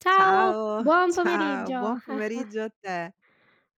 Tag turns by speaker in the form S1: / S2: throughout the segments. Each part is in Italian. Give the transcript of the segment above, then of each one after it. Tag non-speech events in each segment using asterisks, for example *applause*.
S1: Ciao,
S2: Ciao,
S1: buon
S2: ciao,
S1: pomeriggio.
S2: buon pomeriggio a te.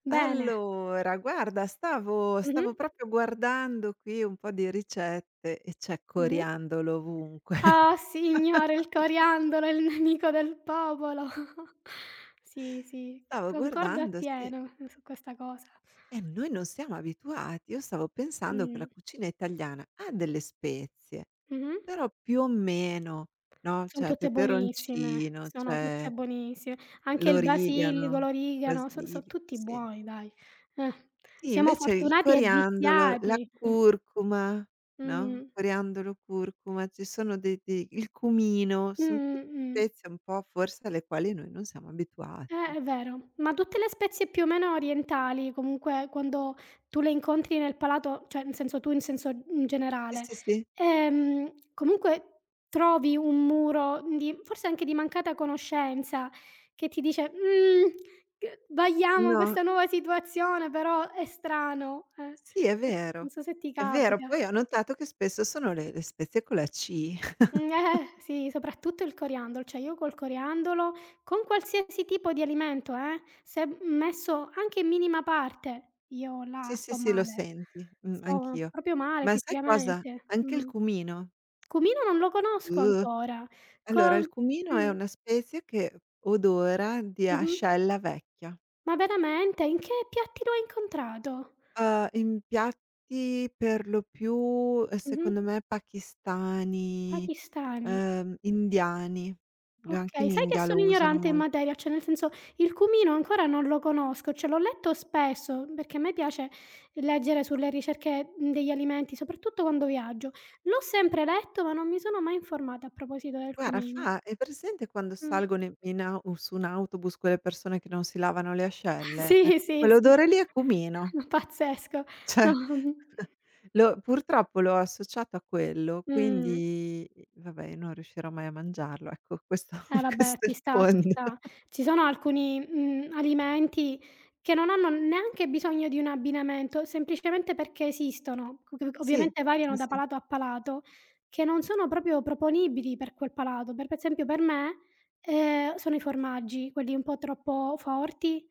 S1: Bene.
S2: Allora, guarda, stavo
S1: Mh-mh,
S2: stavo proprio guardando qui un po' di ricette e c'è
S1: mh-mh.
S2: coriandolo ovunque. *laughs*
S1: Ah signore, il coriandolo è il nemico del popolo. *laughs* Sì, sì,
S2: Stavo
S1: concordo
S2: guardando, sì,
S1: appieno su questa cosa.
S2: e noi non siamo abituati. Io stavo pensando che la
S1: Mh,
S2: cucina italiana ha delle spezie,
S1: mh-mh.
S2: però più o meno, no,
S1: Son
S2: c'è
S1: tutte buonissime,
S2: peperoncino,
S1: sono tutte
S2: c'è
S1: buonissime. Anche il basilico,
S2: l'origano,
S1: l'origano, so
S2: basilico,
S1: tutti
S2: sì.
S1: buoni, dai. Eh,
S2: Sì,
S1: siamo
S2: invece il
S1: fortunati e
S2: coriandolo, la
S1: viziati.
S2: curcuma,
S1: Eh,
S2: no,
S1: mh,
S2: coriandolo, curcuma, ci sono dei dei il cumino,
S1: mh,
S2: son tutte
S1: mh.
S2: spezie un po' forse alle quali noi non siamo abituati.
S1: È vero, ma tutte le spezie più o meno orientali, comunque quando tu le incontri nel palato, cioè in senso in
S2: Sì,
S1: generale,
S2: sì, sì.
S1: comunque trovi un muro di, forse anche di, mancata conoscenza che ti dice: g vagliamo
S2: No,
S1: questa nuova situazione, però è strano."
S2: sì è
S1: *laughs* Non
S2: vero,
S1: so se ti
S2: è vero.
S1: capita.
S2: Poi ho notato che spesso sono le spezie con la C. *laughs*
S1: Mhmm, sì, soprattutto il coriandolo, cioè io col coriandolo, con qualsiasi tipo di alimento, se messo anche in minima parte, io là
S2: Sì, sì,
S1: sto
S2: sì, lo
S1: male.
S2: senti.
S1: Sto
S2: Anch'io.
S1: proprio male
S2: Ma sai cosa?
S1: fisicamente.
S2: Anche il
S1: Mh.
S2: cumino.
S1: Cumino non lo conosco
S2: Uh.
S1: ancora. Co
S2: Allora il cumino è
S1: Mh,
S2: una spezia che odora di
S1: mh-mh.
S2: ascella vecchia.
S1: Ma veramente? In che piatti lo hai incontrato?
S2: In piatti per lo più,
S1: Mh-mh.
S2: secondo me pakistani,
S1: Pakistani.
S2: indiani. Lo Anche
S1: Okay,
S2: in
S1: sai che
S2: India
S1: sono
S2: lo usano
S1: ignorante in
S2: molto.
S1: materia, cioè nel senso il cumino ancora non lo conosco, cioè l'ho letto spesso, perché a me piace leggere sulle ricerche, degli alimenti, soprattutto quando viaggio. L'ho sempre letto, ma non mi sono mai informata a proposito del
S2: Guarda, fa
S1: cumino.
S2: hai presente quando
S1: Mh.
S2: salgono in in au u su un autobus quelle persone che non si lavano le
S1: *laughs*
S2: ascelle?
S1: Sì,
S2: Ecco,
S1: sì, sì.
S2: quell'odore lì è cumino.
S1: *laughs*
S2: *laughs*
S1: Pazzesco.
S2: Cioè lo purtroppo l'ho associato a quello,
S1: Mh.
S2: quindi i vabbè io non riuscirò mai a mangiarlo, ecco questo
S1: Eh,
S2: *laughs*
S1: vabbè,
S2: questo è
S1: ci
S2: il
S1: sta, ci
S2: fondo.
S1: sta. Ci sono alcuni, alimenti che non hanno neanche bisogno di un abbinamento, semplicemente perché esistono, c c
S2: Sì,
S1: ovviamente variano
S2: sì,
S1: da
S2: sì,
S1: palato a palato, che non sono proprio proponibili per quel palato. Per esempio, per me, sono i formaggi, quelli un po' troppo forti,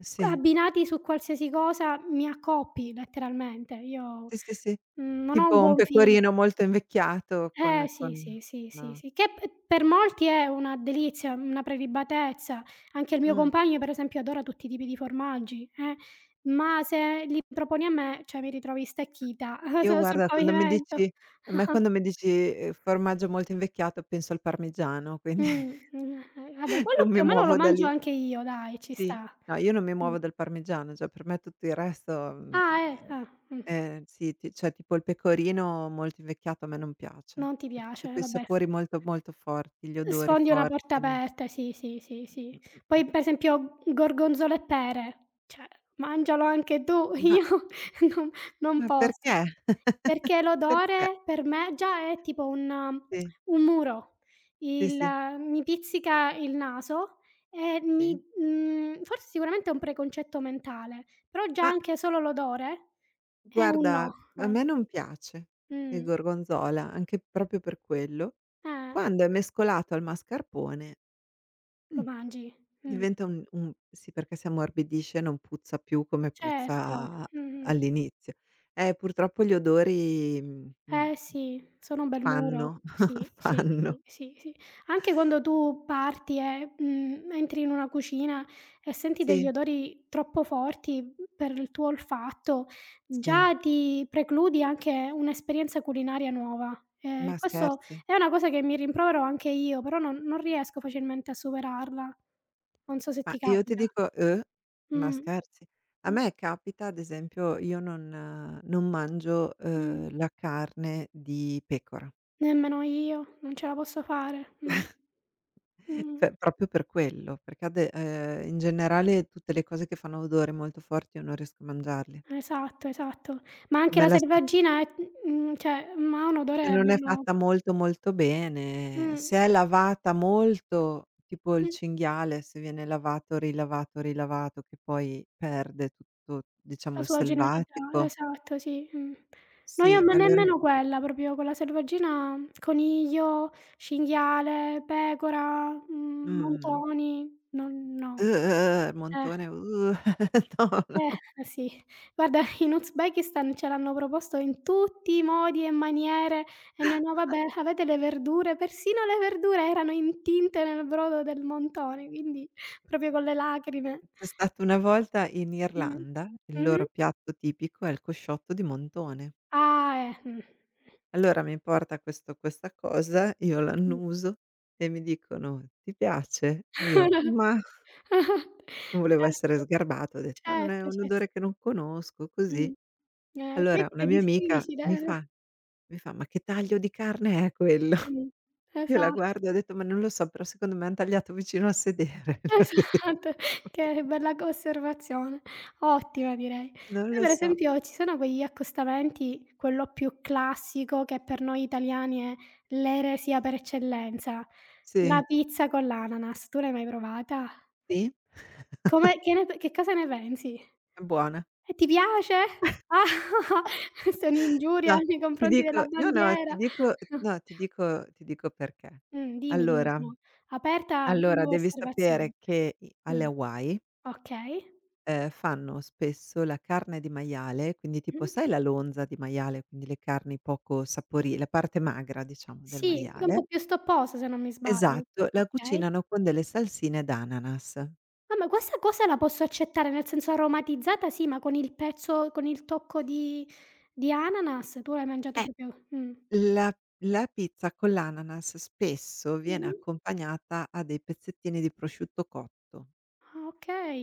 S2: sì.
S1: abbinati su qualsiasi cosa mi accoppi letteralmente. Io,
S2: Sì, sì, sì.
S1: non ho un
S2: Tipo un
S1: buon fi
S2: pecorino molto invecchiato con
S1: eh, sì, sì, sì, sì,
S2: no.
S1: sì, che p per molti è una delizia, una prelibatezza. Anche il mio
S2: Mh.
S1: compagno per esempio adora tutti i tipi di formaggi, ma se li proponi a me, cioè mi ritrovi stecchita *laughs*
S2: Io
S1: sul
S2: guarda quando mi
S1: pavimento.
S2: dici, a me quando mi dici, formaggio molto invecchiato penso al parmigiano, quindi
S1: Vabbè,
S2: *laughs*
S1: quello
S2: non
S1: più
S2: mi
S1: o meno lo
S2: muovo da
S1: mangio
S2: lì.
S1: anche io, dai, ci
S2: Sì.
S1: sta.
S2: No, io non mi
S1: Mh.
S2: muovo dal parmigiano, cioè per me tutto il resto,
S1: Ah,
S2: ehm,
S1: ah.
S2: sì, ti cioè tipo il pecorino molto invecchiato a me non piace.
S1: Non ti
S2: Tutti
S1: piace,
S2: quei
S1: vabbè, s
S2: sapori molto, molto forti, gli odori
S1: sfondi una porta
S2: forti.
S1: aperta, sì, sì, sì, sì.
S2: Mh, mh, mh.
S1: Poi per esempio gorgonzola e pere, cioè mangialo anche tu, *laughs*
S2: Ma
S1: io non non
S2: ma
S1: posso.
S2: perché? *laughs*
S1: Perché
S2: Perché?
S1: l'odore per me già è tipo un
S2: Sì,
S1: muro.
S2: sì,
S1: Il
S2: sì,
S1: Mi pizzica il naso e
S2: sì.
S1: forse sicuramente è un preconcetto mentale, però già
S2: Ma
S1: anche solo l'odore è un
S2: guarda,
S1: no.
S2: a me non piace il
S1: Mh.
S2: gorgonzola, anche proprio per quello. Mh.
S1: Eh,
S2: Quando è mescolato al mascarpone, mh,
S1: lo mangi. Mh.
S2: diventa un sì, perché si ammorbidisce e non puzza più come
S1: Certo.
S2: puzza
S1: Mh-mh.
S2: all'inizio. Purtroppo gli odori,
S1: Eh, sì, sono un bel muro.
S2: fanno,
S1: Sì,
S2: *laughs*
S1: sì,
S2: fanno.
S1: sì, sì, sì. Anche quando tu parti e, entri in una cucina e senti degli
S2: Sì,
S1: odori troppo forti, per il tuo olfatto,
S2: sì,
S1: già ti precludi anche un'esperienza culinaria nuova.
S2: ma
S1: Questo
S2: scherzi.
S1: è una cosa che mi rimprovero anche io, però non riesco facilmente a superarla. Non so se
S2: Ma
S1: ti
S2: io ti
S1: capita.
S2: dico: "Uh? Ma
S1: Mh,
S2: scherzi?" A
S1: mh,
S2: me capita, ad esempio, io non mangio,
S1: mh.
S2: la carne di pecora,
S1: Nemmeno io, non ce la posso fare. Mh.
S2: *laughs*
S1: Mh-mh.
S2: cioè proprio per quello, perché ade in generale tutte le cose che fanno odore molto forte io non riesco a mangiarle.
S1: Esatto, esatto. Ma anche
S2: Me
S1: la
S2: la so
S1: selvaggina è, cioè, ha un
S2: Se
S1: odore
S2: non è
S1: bello,
S2: fatta molto, molto bene,
S1: mh,
S2: se è lavata molto, tipo il
S1: mh,
S2: cinghiale, se viene lavato, rilavato, rilavato, che poi perde tutto, diciamo,
S1: la
S2: il
S1: sua genuinità,
S2: selvatico
S1: esatto, sì. No, io,
S2: sì,
S1: ma
S2: allora.
S1: nemmeno quella, proprio con la selvaggina coniglio, cinghiale, pecora,
S2: Mh-mh.
S1: montoni, non, no, eh.
S2: Montone. *laughs* No, no.
S1: Sì. Guarda, in Uzbekistan ce l'hanno proposto in tutti i modi e maniere e noi: "No, vabbè, avete le verdure", persino le verdure erano intinte nel brodo del montone, quindi proprio con le lacrime.
S2: C'è stata una volta in
S1: Mh.
S2: Irlanda, il
S1: Mh-mh.
S2: loro piatto tipico è il cosciotto di montone.
S1: Ah, mh.
S2: Allora mi porta questo, questa cosa, io
S1: Mh.
S2: l'annuso e mi dicono: "Ti piace?" E io:
S1: *laughs*
S2: "Mah." Non volevo essere
S1: Certo,
S2: sgarbata, ho detto: "Ma non è
S1: certo,
S2: un
S1: cer
S2: odore che non conosco, così."
S1: mh. Poi
S2: Allora una
S1: pure
S2: mia amica
S1: difficile,
S2: mi
S1: eh.
S2: fa, mi fa: "Ma che taglio di carne è quello?"
S1: Mh.
S2: Io la
S1: Esatto.
S2: guardo e ho detto: "Ma non lo so, però secondo me han tagliato vicino al sedere." *laughs*
S1: Esatto, che bella co osservazione, ottima direi.
S2: Non
S1: Poi
S2: lo
S1: per
S2: so.
S1: esempio ci sono quegli accostamenti, quello più classico che per noi italiani è l'eresia per eccellenza: la
S2: Sì,
S1: pizza con l'ananas. Tu l'hai mai provata?
S2: sì?
S1: Come che ne p Che cosa ne pensi?
S2: È buona.
S1: E ti piace? Ah, *laughs* questa è un'ingiuria
S2: No,
S1: nei
S2: ti
S1: confronti della
S2: dico no, no, ti
S1: bandiera.
S2: dico no,
S1: *laughs*
S2: ti dico, perché.
S1: Dimmi, dimmi,
S2: Allora
S1: sono aperta a
S2: allora
S1: nuove
S2: devi
S1: osservazioni.
S2: sapere che i alle
S1: Mh,
S2: Hawaii,
S1: okay.
S2: fanno spesso la carne di maiale, quindi tipo
S1: Mh.
S2: sai la lonza di maiale, quindi le carni poco sapori la parte magra diciamo del
S1: Sì, che è un
S2: maiale,
S1: po' più stopposa, se non mi sbaglio.
S2: esatto, la
S1: Okay.
S2: cucinano con delle salsine d'ananas.
S1: Ah, ma questa cosa la posso accettare, nel senso aromatizzata sì, ma con il pezzo con il tocco di ananas? Tu l'hai mangiato
S2: Eh,
S1: proprio, mh.
S2: La la pizza con l'ananas spesso viene
S1: Mh-mh.
S2: accompagnata a dei pezzettini di prosciutto cotto.
S1: Ah, okay.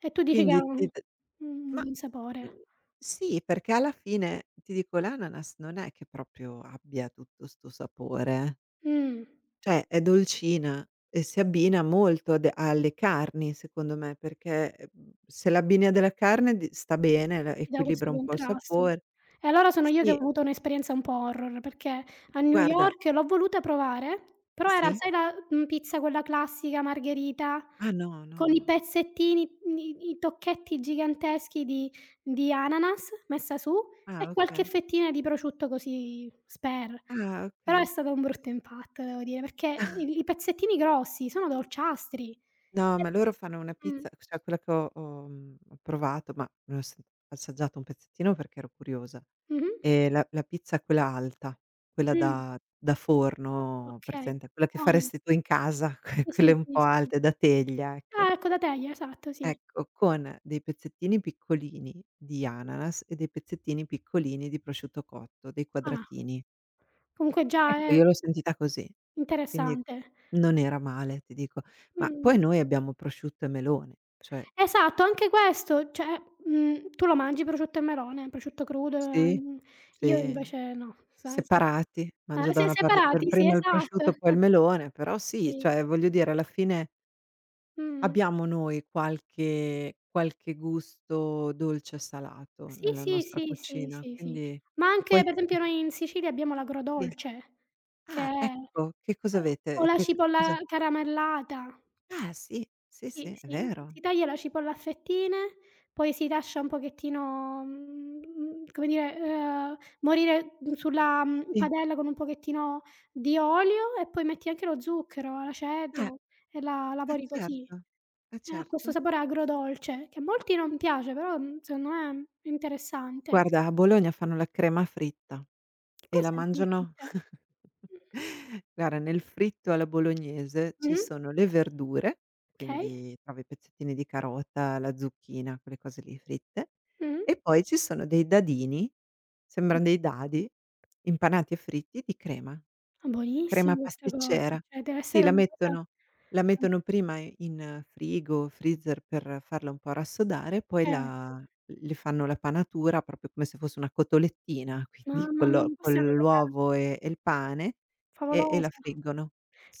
S1: E tu dici che
S2: Quindi
S1: ha
S2: ti
S1: un
S2: d Ma,
S1: buon sapore.
S2: mhmm, sì, perché alla fine ti dico l'ananas non è che proprio abbia tutto 'sto sapore,
S1: Mh.
S2: cioè è dolcina e si abbina molto ad alle carni secondo me, perché, se l'abbini a della carne di sta bene, la
S1: Ti dà questo
S2: equilibra un po' il
S1: contrasto.
S2: sapore.
S1: E allora sono io che ho
S2: Sì,
S1: avuto un'esperienza un po' horror, perché a New
S2: guarda,
S1: York l'ho voluta provare, però era,
S2: sì?
S1: sai, la, pizza quella classica margherita,
S2: Ah no,
S1: con i
S2: no.
S1: pezzettini, i tocchetti giganteschi di ananas, messa su,
S2: Ah,
S1: e qualche
S2: okay.
S1: fettina di prosciutto così spare.
S2: Ah,
S1: Però è
S2: okay.
S1: stato un brutto impatto, devo dire, perché i pezzettini grossi sono dolciastri.
S2: No,
S1: E
S2: ma loro fanno una
S1: mh.
S2: pizza, cioè quella che ho provato, ma ne ho assaggiato un pezzettino perché ero curiosa.
S1: Mh-mh.
S2: La pizza quella alta, quella
S1: Mh,
S2: da forno,
S1: okay.
S2: presente, quella che
S1: Buoni.
S2: faresti tu in casa, *laughs*
S1: Sì,
S2: quelle
S1: sì,
S2: un
S1: sì,
S2: po'
S1: sì.
S2: alte, da teglia, ecco.
S1: Ah, ecco, da teglia, esatto, sì.
S2: Ecco, con dei pezzettini piccolini di ananas e dei pezzettini piccolini di prosciutto cotto, dei
S1: Ah,
S2: quadratini.
S1: comunque già
S2: Ecco,
S1: è
S2: io l'ho sentita così, quindi
S1: interessante.
S2: non era male, ti dico. Ma
S1: Mh.
S2: poi noi abbiamo prosciutto e melone, cioè
S1: Esatto, anche questo, cioè, tu lo mangi prosciutto e melone, prosciutto crudo,
S2: sì,
S1: io
S2: sì,
S1: invece no. Sa sa
S2: separati. Mangio da
S1: se
S2: una parte per
S1: separati, sì,
S2: prima il
S1: esatto.
S2: prosciutto, poi il
S1: *laughs*
S2: melone, però sì,
S1: Sì.
S2: cioè voglio dire alla fine
S1: Mh.
S2: abbiamo noi qualche gusto dolce e salato
S1: Sì,
S2: nella
S1: sì,
S2: nostra
S1: sì, sì,
S2: cucina,
S1: sì, sì.
S2: quindi
S1: Ma anche
S2: poi
S1: per
S2: ti
S1: esempio
S2: *laughs*
S1: noi in Sicilia abbiamo
S2: sì.
S1: l'agrodolce, che
S2: Ah,
S1: è
S2: ecco, che cosa
S1: eh, o
S2: avete?
S1: la
S2: Che cosa
S1: cipolla caramellata.
S2: Ah sì, sì,
S1: Sì,
S2: sì, è
S1: sì,
S2: vero.
S1: si taglia la cipolla a fettine, poi si lascia un pochettino, come dire, morire, sulla,
S2: Sì.
S1: padella con un pochettino di olio, e poi metti anche lo zucchero,
S2: Eh,
S1: l'aceto, e la
S2: eh
S1: lavori così.
S2: certo, eh
S1: E ha questo
S2: certo.
S1: sapore agrodolce che a molti non piace, però, secondo me è interessante.
S2: Guarda, a Bologna fanno la crema fritta.
S1: Che
S2: E la
S1: cos'è che mi
S2: mangiano,
S1: pizza?
S2: *laughs* guarda, nel fritto alla bolognese ci
S1: Mh-mh.
S2: sono le verdure,
S1: Okay.
S2: quindi trovi i pezzettini di carota, la zucchina, quelle cose lì fritte,
S1: Mh-mh.
S2: e poi ci sono dei dadini,
S1: Mh.
S2: sembran dei dadi, impanati e fritti di crema. Crema
S1: Buonissima questa cosa,
S2: pasticcera.
S1: cioè
S2: Sì,
S1: dev'essere
S2: la
S1: una cosa,
S2: mettono la
S1: mh,
S2: mettono prima in frigo, freezer per farla un po' rassodare, poi
S1: certo.
S2: la le fanno la panatura proprio come se fosse una cotolettina, quindi
S1: Mamma
S2: con
S1: mia,
S2: l'o
S1: ma questa è una
S2: con
S1: cosa
S2: l'uovo e il pane e la
S1: favolosa.
S2: friggono.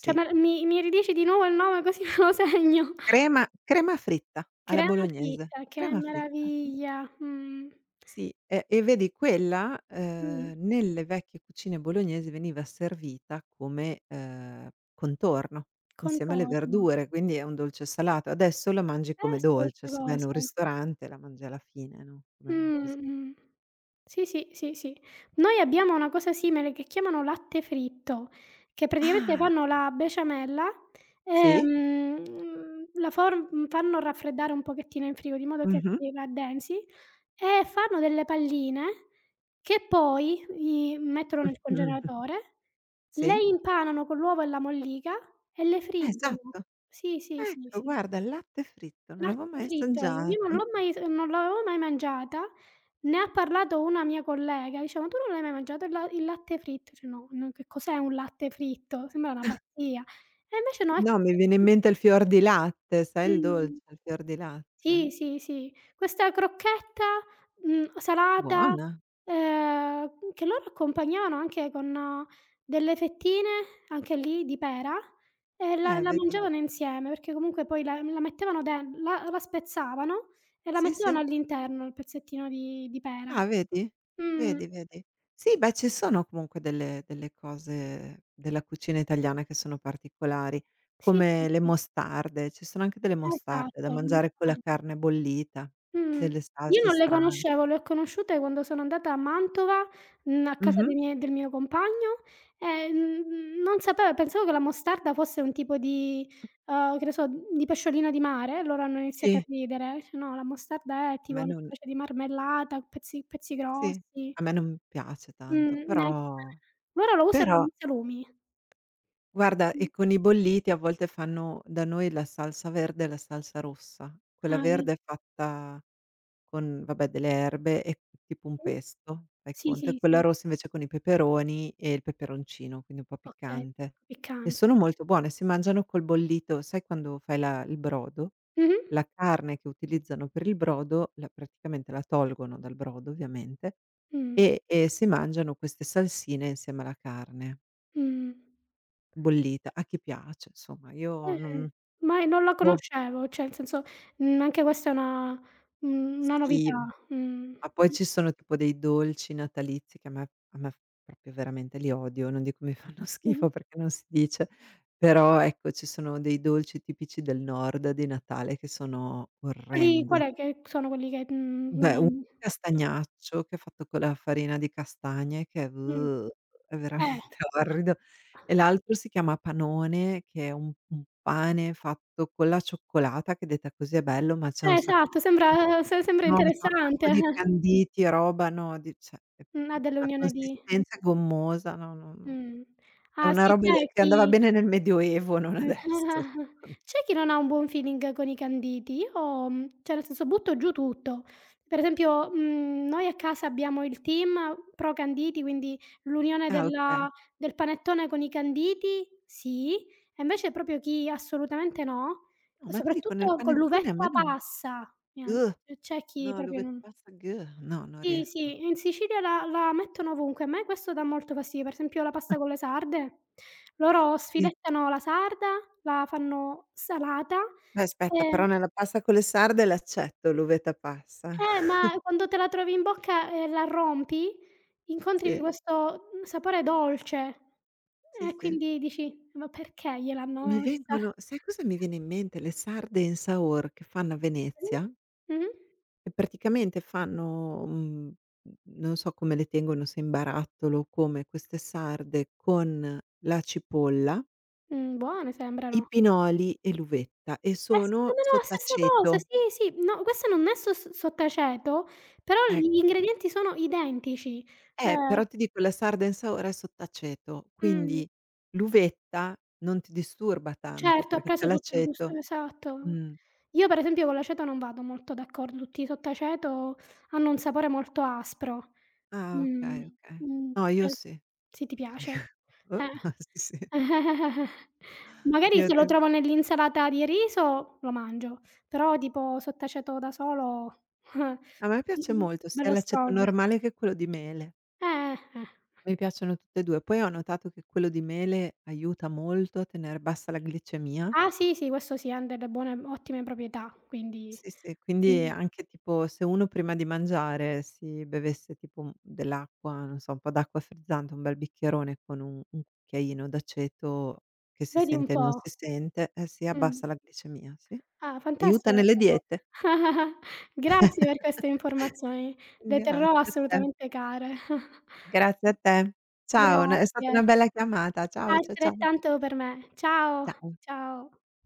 S1: Cioè, me mi mi ridici di nuovo il nome così *laughs* me lo segno.
S2: Crema fritta alla
S1: Crema
S2: bolognese,
S1: fritta, che
S2: crema fritta, sì.
S1: meraviglia. Mh.
S2: Sì, e vedi quella,
S1: Mh.
S2: nelle vecchie cucine bolognesi veniva servita come, contorno insieme alle
S1: Contorno.
S2: verdure, quindi è un dolce salato. Adesso la mangi come
S1: Pesco
S2: dolce,
S1: queste
S2: se vai in
S1: cose.
S2: un ristorante la mangi alla fine, no,
S1: Mh,
S2: come così.
S1: mh. Sì, sì, sì, sì. Noi abbiamo una cosa simile che chiamano latte fritto, che praticamente
S2: Ah!
S1: fanno la besciamella,
S2: Sì.
S1: ehm, la for fanno raffreddare un pochettino in frigo di modo che
S2: Mh-mh.
S1: si addensi, e fanno delle palline che poi i mettono nel
S2: *laughs* Mh-mh.
S1: congelatore, le
S2: Sì.
S1: impanano con l'uovo e la mollica, e le friggono.
S2: Esatto.
S1: Sì, sì, sì,
S2: Ecco,
S1: sì.
S2: guarda, il latte fritto, non l'avevo
S1: Pasta
S2: mai
S1: fritta, io
S2: assaggiato.
S1: non l'avevo mai mangiata, ne ha parlato una mia collega, diceva: "Ma tu non l'hai mai mangiato il latte fritto?" Dice: "No, non, che cos'è un latte fritto? Sembra una pazzia." E invece no, è
S2: No, mi
S1: questa,
S2: viene in mente il fior di latte, sai il
S1: mh.
S2: dolce, il fior di
S1: Sì,
S2: latte?
S1: sì, sì. Questa crocchetta, salata,
S2: Buona.
S1: che loro accompagnavano anche con delle fettine, anche lì di pera, e la la
S2: Vedi.
S1: mangiavano insieme, perché comunque poi la mettevano den la la spezzavano e la
S2: Sì,
S1: mettevano
S2: sì.
S1: all'interno il pezzettino di pera.
S2: Ah, vedi?
S1: Mh.
S2: Vedi, vedi. Sì, beh, ci sono comunque delle cose della cucina italiana che sono particolari,
S1: Sì, sì,
S2: come le
S1: sì.
S2: mostarde. Ci sono anche delle mostarde
S1: Esatto,
S2: da mangiare con la
S1: nostalgico.
S2: carne bollita,
S1: Mh.
S2: delle
S1: Io
S2: salse
S1: non le
S2: strane.
S1: conoscevo, le ho conosciute quando sono andata a Mantova, a casa
S2: Mh-mh.
S1: dei miei del mio compagno, e, non sapevo, pensavo che la mostarda fosse un tipo di, che ne so, di pesciolino di mare, loro hanno iniziato a
S2: Sì,
S1: ridere. Dice: "No, la mostarda è
S2: a
S1: tipo
S2: me
S1: una
S2: non
S1: specie di marmellata, pezzi pezzi
S2: sì,
S1: grossi."
S2: a me non piace
S1: Mh,
S2: tanto,
S1: neanche *unintelligible* me.
S2: però,
S1: Loro lo usano
S2: però
S1: nei salumi.
S2: guarda,
S1: Mh.
S2: e con i bolliti a volte fanno da noi la salsa verde e la salsa rossa. Quella
S1: Ah, vedi.
S2: verde è fatta con vabbè delle erbe e tipo un
S1: Tu?
S2: pesto, fai
S1: Sì,
S2: conto, e
S1: sì,
S2: quella
S1: sì.
S2: rossa invece con i peperoni e il peperoncino, quindi un po'
S1: Okay,
S2: piccante. E sono
S1: piccante.
S2: molto buone, si mangiano col bollito, sai quando fai la il brodo,
S1: Mh-mh.
S2: la carne che utilizzano per il brodo, la praticamente la tolgono dal brodo ovviamente,
S1: Mh.
S2: e si mangiano queste salsine insieme alla carne
S1: Mh.
S2: bollita, a chi piace insomma. Io
S1: Eh,
S2: non
S1: ma non la
S2: Boh.
S1: conoscevo, cioè nel senso, anche questa è una novità.
S2: Sì.
S1: Mh.
S2: Ma poi ci sono tipo dei dolci natalizi che a me proprio veramente li odio, non dico mi *laughs* fanno
S1: Mh-mh.
S2: schifo perché non si dice, però ecco ci sono dei dolci tipici del nord di Natale che sono
S1: Quali
S2: orrendi.
S1: qual è che sono quelli che, non
S2: Beh, un
S1: hai
S2: castagnaccio che è fatto con la farina di castagne che è
S1: mh,
S2: veramente
S1: eh.
S2: *laughs* orrido, e l'altro si chiama panone che è un pane fatto con la cioccolata che detta così è bello, ma c'ha un sacco
S1: Esatto,
S2: di
S1: sembra se sembra
S2: No, c'ha un
S1: interessante.
S2: sacco di
S1: *laughs*
S2: canditi e roba, no, di cioè, è
S1: Ha
S2: la
S1: dell'unione di
S2: consistenza è gommosa, no, no, no.
S1: mh.
S2: È
S1: Ah,
S2: una
S1: sì,
S2: roba d
S1: c'è
S2: che andava
S1: chi
S2: bene nel Medioevo, non adesso,
S1: *laughs*
S2: secon
S1: c'è chi non ha un buon feeling con i canditi. Io, cioè nel senso butto giù tutto. Per esempio, noi a casa abbiamo il team pro canditi, quindi l'unione
S2: ah, okay.
S1: del panettone con i canditi, sì, e invece proprio chi assolutamente no,
S2: No, ma ti dico nel
S1: soprattutto con
S2: panettone a me
S1: l'uvetta
S2: non
S1: passa, niente,
S2: uh,
S1: c'è chi
S2: no,
S1: proprio
S2: l'uvetta
S1: non,
S2: passa, no, non
S1: sì,
S2: riesco.
S1: sì, in Sicilia la mettono ovunque. A me questo dà molto fastidio. Per esempio la pasta con le sarde, loro
S2: Sì.
S1: sfilettano la sarda, la fanno salata,
S2: Beh, aspetta,
S1: ehm
S2: però nella pasta con le sarde l'accetto l'uvetta passa. *laughs*
S1: ma quando te la trovi in bocca e la rompi, incontri
S2: Sì,
S1: questo, sapore dolce,
S2: sì,
S1: e
S2: sì.
S1: quindi dici: "Ma perché gliel'hanno
S2: Mi
S1: messa?"
S2: vengono Sai cosa mi viene in mente? Le sarde in saor che fanno a
S1: Mh-mh.
S2: Venezia.
S1: Mh-mh.
S2: E praticamente fanno, non so come le tengono, se in barattolo o come, queste sarde con la cipolla,
S1: Buone
S2: i
S1: sembrano.
S2: pinoli e l'uvetta e
S1: S Più o
S2: sono
S1: meno la stessa cosa,
S2: sott'aceto.
S1: sì, sì. No, questo non è sos sottaceto, però l
S2: Eh,
S1: gli ingredienti sono identici. Ehm
S2: però ti dico la sarda in saora è sott'aceto,
S1: mh,
S2: quindi l'uvetta non ti disturba tanto
S1: certo, ha
S2: perché c'è
S1: preso tutto il gusto,
S2: l'aceto.
S1: esatto.
S2: Mh.
S1: Io per esempio con l'aceto non vado molto d'accordo, tutti i sottaceto hanno un sapore molto aspro.
S2: Ah,
S1: Mh,
S2: okay, okay.
S1: mh,
S2: No, io
S1: ce
S2: sì.
S1: sì, ti piace?
S2: *laughs* Uh,
S1: Eh.
S2: sì, sì.
S1: *laughs* Magari
S2: Io
S1: se lo
S2: de
S1: trovo nell'insalata di riso lo mangio, però tipo sottaceto da solo
S2: A
S1: *laughs*
S2: me piace
S1: Mh-mh.
S2: molto sia
S1: Bello
S2: l'aceto
S1: strong.
S2: normale che quello di mele.
S1: Eh, eh.
S2: Mi piacciono tutte e 2. Poi ho notato che quello di mele aiuta molto a tener bassa la glicemia.
S1: Ah, sì, sì, questo sì, han delle buone ottime proprietà, quindi
S2: Sì, sì, quindi
S1: mh.
S2: anche tipo se uno prima di mangiare si bevesse tipo, dell'acqua, non so, un po' d'acqua frizzante, un bel bicchierone con un cucchiaino d'aceto che si
S1: Vedi un
S2: sente e non
S1: po'.
S2: si sente, eh sì,
S1: Mh.
S2: abbassa la glicemia, sì.
S1: Ah,
S2: Aiuta
S1: fantastica
S2: nelle
S1: questa cosa.
S2: diete.
S1: *laughs* Grazie per queste
S2: *laughs*
S1: informazioni, le terrò
S2: Grazie a te.
S1: assolutamente care. *laughs*
S2: Grazie a te. Ciao, n è stata
S1: Grazie.
S2: una bella chiamata. Ciao, ciao.
S1: Altrettanto per me. Ciao,
S2: Ciao.
S1: ciao.